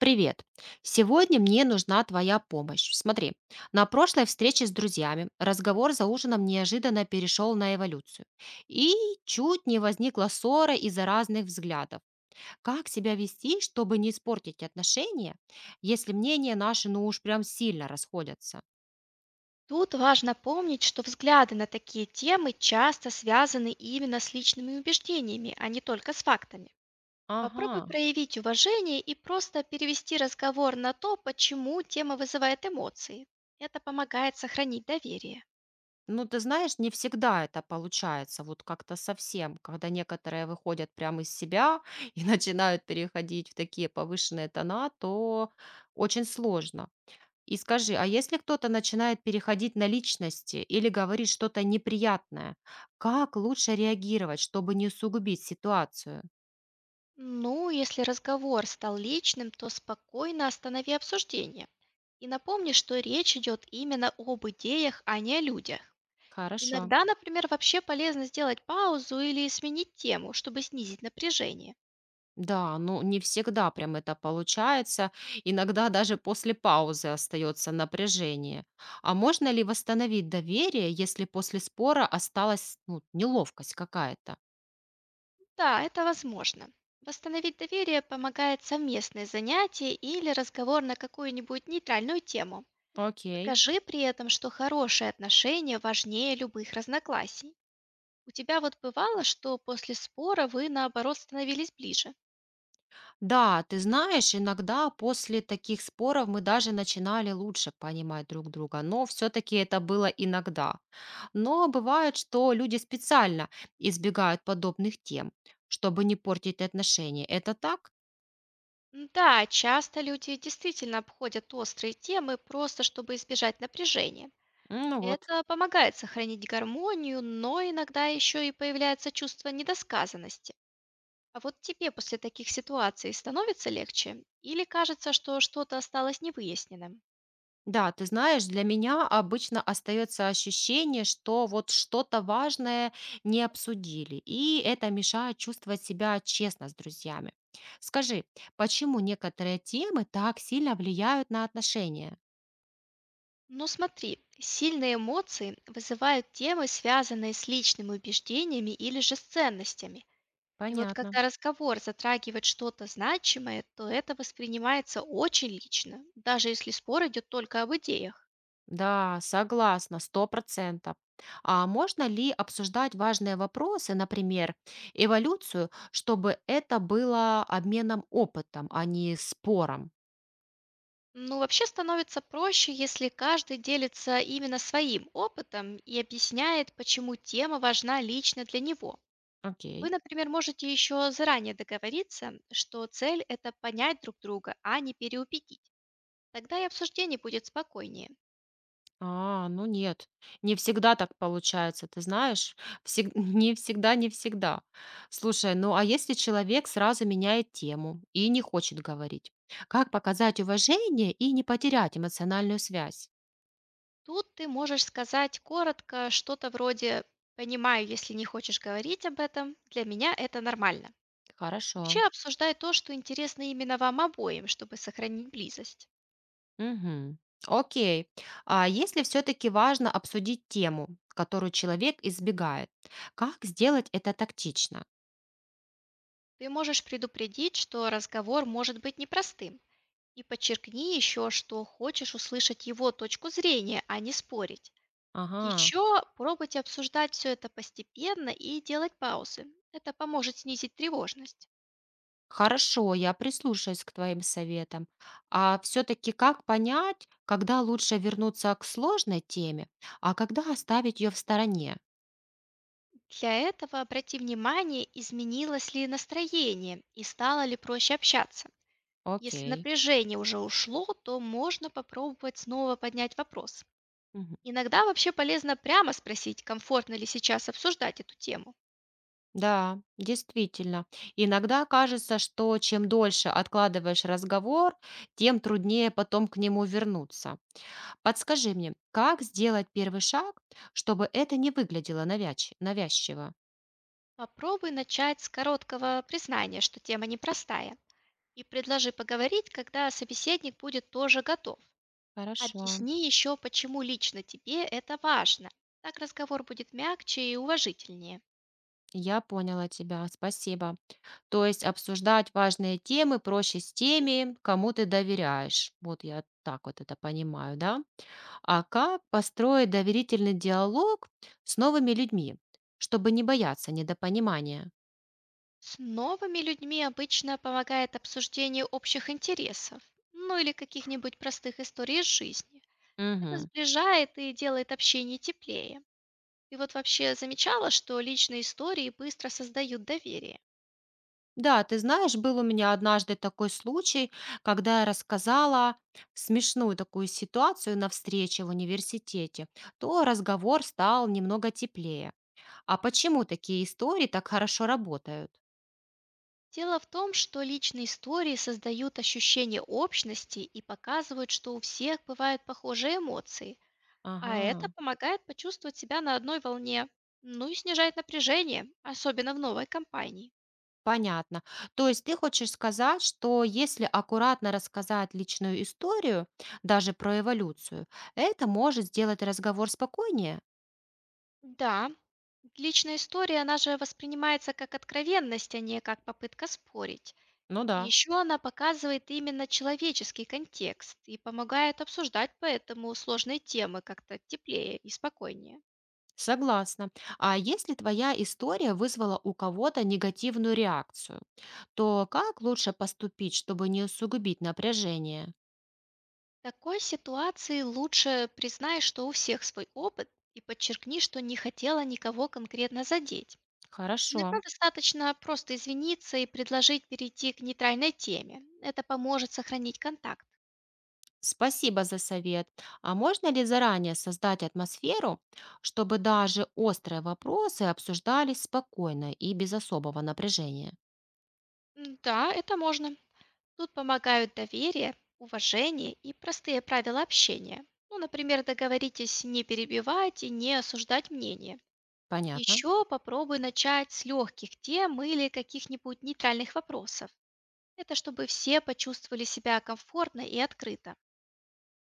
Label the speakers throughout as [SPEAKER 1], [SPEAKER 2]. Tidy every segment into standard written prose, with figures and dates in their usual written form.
[SPEAKER 1] Привет. Сегодня мне нужна твоя помощь. Смотри, на прошлой встрече с друзьями разговор за ужином неожиданно перешел на эволюцию. И чуть не возникла ссора из-за разных взглядов. Как себя вести, чтобы не испортить отношения, если мнения наши, ну уж прям сильно расходятся?
[SPEAKER 2] Тут важно помнить, что взгляды на такие темы часто связаны именно с личными убеждениями, а не только с фактами. Попробуй
[SPEAKER 1] Ага.
[SPEAKER 2] проявить уважение и просто перевести разговор на то, почему тема вызывает эмоции. Это помогает сохранить доверие.
[SPEAKER 1] Ну, ты знаешь, не всегда это получается, вот как-то совсем, когда некоторые выходят прямо из себя и начинают переходить в такие повышенные тона, то очень сложно. И скажи, а если кто-то начинает переходить на личности или говорит что-то неприятное, как лучше реагировать, чтобы не усугубить ситуацию?
[SPEAKER 2] Ну, если разговор стал личным, то спокойно останови обсуждение. И напомни, что речь идет именно об идеях, а не о людях.
[SPEAKER 1] Хорошо.
[SPEAKER 2] Иногда, например, вообще полезно сделать паузу или сменить тему, чтобы снизить напряжение.
[SPEAKER 1] Да, ну не всегда прям это получается. Иногда даже после паузы остается напряжение. А можно ли восстановить доверие, если после спора осталась, ну, неловкость какая-то?
[SPEAKER 2] Да, это возможно. Восстановить доверие помогает совместное занятие или разговор на какую-нибудь нейтральную тему.
[SPEAKER 1] Окей.
[SPEAKER 2] Покажи при этом, что хорошие отношения важнее любых разногласий. У тебя вот бывало, что после спора вы наоборот становились ближе?
[SPEAKER 1] Да, ты знаешь, иногда после таких споров мы даже начинали лучше понимать друг друга, но все-таки это было иногда. Но бывает, что люди специально избегают подобных тем, чтобы не портить отношения. Это так?
[SPEAKER 2] Да, часто люди действительно обходят острые темы просто чтобы избежать напряжения.
[SPEAKER 1] Ну вот.
[SPEAKER 2] Это помогает сохранить гармонию, но иногда еще и появляется чувство недосказанности. А вот тебе после таких ситуаций становится легче? Или кажется, что что-то осталось невыясненным?
[SPEAKER 1] Да, ты знаешь, для меня обычно остается ощущение, что вот что-то важное не обсудили, и это мешает чувствовать себя честно с друзьями. Скажи, почему некоторые темы так сильно влияют на отношения?
[SPEAKER 2] Ну смотри, сильные эмоции вызывают темы, связанные с личными убеждениями или же с ценностями. И вот
[SPEAKER 1] Понятно.
[SPEAKER 2] когда разговор затрагивает что-то значимое, то это воспринимается очень лично, даже если спор идет только об идеях.
[SPEAKER 1] Да, согласна, 100%. А можно ли обсуждать важные вопросы, например, эволюцию, чтобы это было обменом опытом, а не спором?
[SPEAKER 2] Ну, вообще становится проще, если каждый делится именно своим опытом и объясняет, почему тема важна лично для него. Вы,
[SPEAKER 1] Окей.
[SPEAKER 2] например, можете еще заранее договориться, что цель– это понять друг друга, а не переубедить. Тогда и обсуждение будет спокойнее.
[SPEAKER 1] А, ну нет, не всегда так получается, ты знаешь, не всегда, не всегда. Слушай, ну а если человек сразу меняет тему и не хочет говорить, как показать уважение и не потерять эмоциональную связь?
[SPEAKER 2] Тут ты можешь сказать коротко что-то вроде «понимаю, если не хочешь говорить об этом, для меня это нормально».
[SPEAKER 1] Хорошо.
[SPEAKER 2] Вообще обсуждай то, что интересно именно вам обоим, чтобы сохранить близость.
[SPEAKER 1] Мгм. Окей. А если все-таки важно обсудить тему, которую человек избегает, как сделать это тактично?
[SPEAKER 2] Ты можешь предупредить, что разговор может быть непростым, и подчеркни еще, что хочешь услышать его точку зрения, а не спорить.
[SPEAKER 1] Ага.
[SPEAKER 2] Еще пробуйте обсуждать все это постепенно и делать паузы. Это поможет снизить тревожность.
[SPEAKER 1] Хорошо, я прислушаюсь к твоим советам. А все-таки как понять, когда лучше вернуться к сложной теме, а когда оставить ее в стороне?
[SPEAKER 2] Для этого обрати внимание, изменилось ли настроение и стало ли проще общаться. Если
[SPEAKER 1] Окей.
[SPEAKER 2] напряжение уже ушло, то можно попробовать снова поднять вопрос.
[SPEAKER 1] Мгм.
[SPEAKER 2] Иногда вообще полезно прямо спросить, комфортно ли сейчас обсуждать эту тему.
[SPEAKER 1] Да, действительно. Иногда кажется, что чем дольше откладываешь разговор, тем труднее потом к нему вернуться. Подскажи мне, как сделать первый шаг, чтобы это не выглядело навязчиво?
[SPEAKER 2] Попробуй начать с короткого признания, что тема непростая, и предложи поговорить, когда собеседник будет тоже готов.
[SPEAKER 1] Хорошо,
[SPEAKER 2] Объясни еще, почему лично тебе это важно. Так разговор будет мягче и уважительнее.
[SPEAKER 1] я поняла тебя. Спасибо. То есть обсуждать важные темы проще с теми, кому ты доверяешь. Вот я так вот это понимаю, да? А как построить доверительный диалог с новыми людьми, чтобы не бояться недопонимания?
[SPEAKER 2] С новыми людьми обычно помогает обсуждение общих интересов, ну или каких-нибудь простых историй из жизни. Это
[SPEAKER 1] Мгм.
[SPEAKER 2] сближает и делает общение теплее. И вот вообще замечала, что личные истории быстро создают доверие.
[SPEAKER 1] Да, ты знаешь, был у меня однажды такой случай, когда я рассказала смешную такую ситуацию на встрече в университете, то разговор стал немного теплее. А почему такие истории так хорошо работают?
[SPEAKER 2] Дело в том, что личные истории создают ощущение общности и показывают, что у всех бывают похожие эмоции. А это
[SPEAKER 1] Ага.
[SPEAKER 2] помогает почувствовать себя на одной волне, ну и снижает напряжение, особенно в новой компании.
[SPEAKER 1] Понятно. То есть ты хочешь сказать, что если аккуратно рассказать личную историю, даже про эволюцию, это может сделать разговор спокойнее?
[SPEAKER 2] Да, личная история, она же воспринимается как откровенность, а не как попытка спорить.
[SPEAKER 1] Ну
[SPEAKER 2] И
[SPEAKER 1] да,
[SPEAKER 2] еще она показывает именно человеческий контекст и помогает обсуждать поэтому сложные темы как-то теплее и спокойнее.
[SPEAKER 1] согласна. А если твоя история вызвала у кого-то негативную реакцию, то как лучше поступить, чтобы не усугубить напряжение?
[SPEAKER 2] В такой ситуации лучше признай, что у всех свой опыт и подчеркни, что не хотела никого конкретно задеть.
[SPEAKER 1] Хорошо.
[SPEAKER 2] Иногда достаточно просто извиниться и предложить перейти к нейтральной теме. Это поможет сохранить контакт.
[SPEAKER 1] Спасибо за совет. А можно ли заранее создать атмосферу, чтобы даже острые вопросы обсуждались спокойно и без особого напряжения?
[SPEAKER 2] Да, это можно. Тут помогают доверие, уважение и простые правила общения. Ну, например, договоритесь не перебивать и не осуждать мнение.
[SPEAKER 1] Понятно.
[SPEAKER 2] Еще попробуй начать с легких тем или каких-нибудь нейтральных вопросов. Это чтобы все почувствовали себя комфортно и открыто.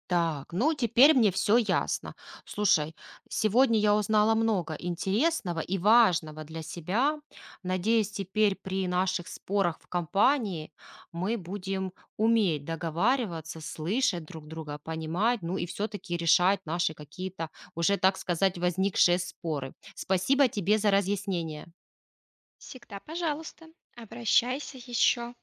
[SPEAKER 1] Так, ну теперь мне все ясно. Слушай, сегодня я узнала много интересного и важного для себя. Надеюсь, теперь при наших спорах в компании мы будем уметь договариваться, слышать друг друга, понимать, ну и все-таки решать наши какие-то уже, так сказать, возникшие споры. Спасибо тебе за разъяснение.
[SPEAKER 2] Всегда, пожалуйста, обращайся еще.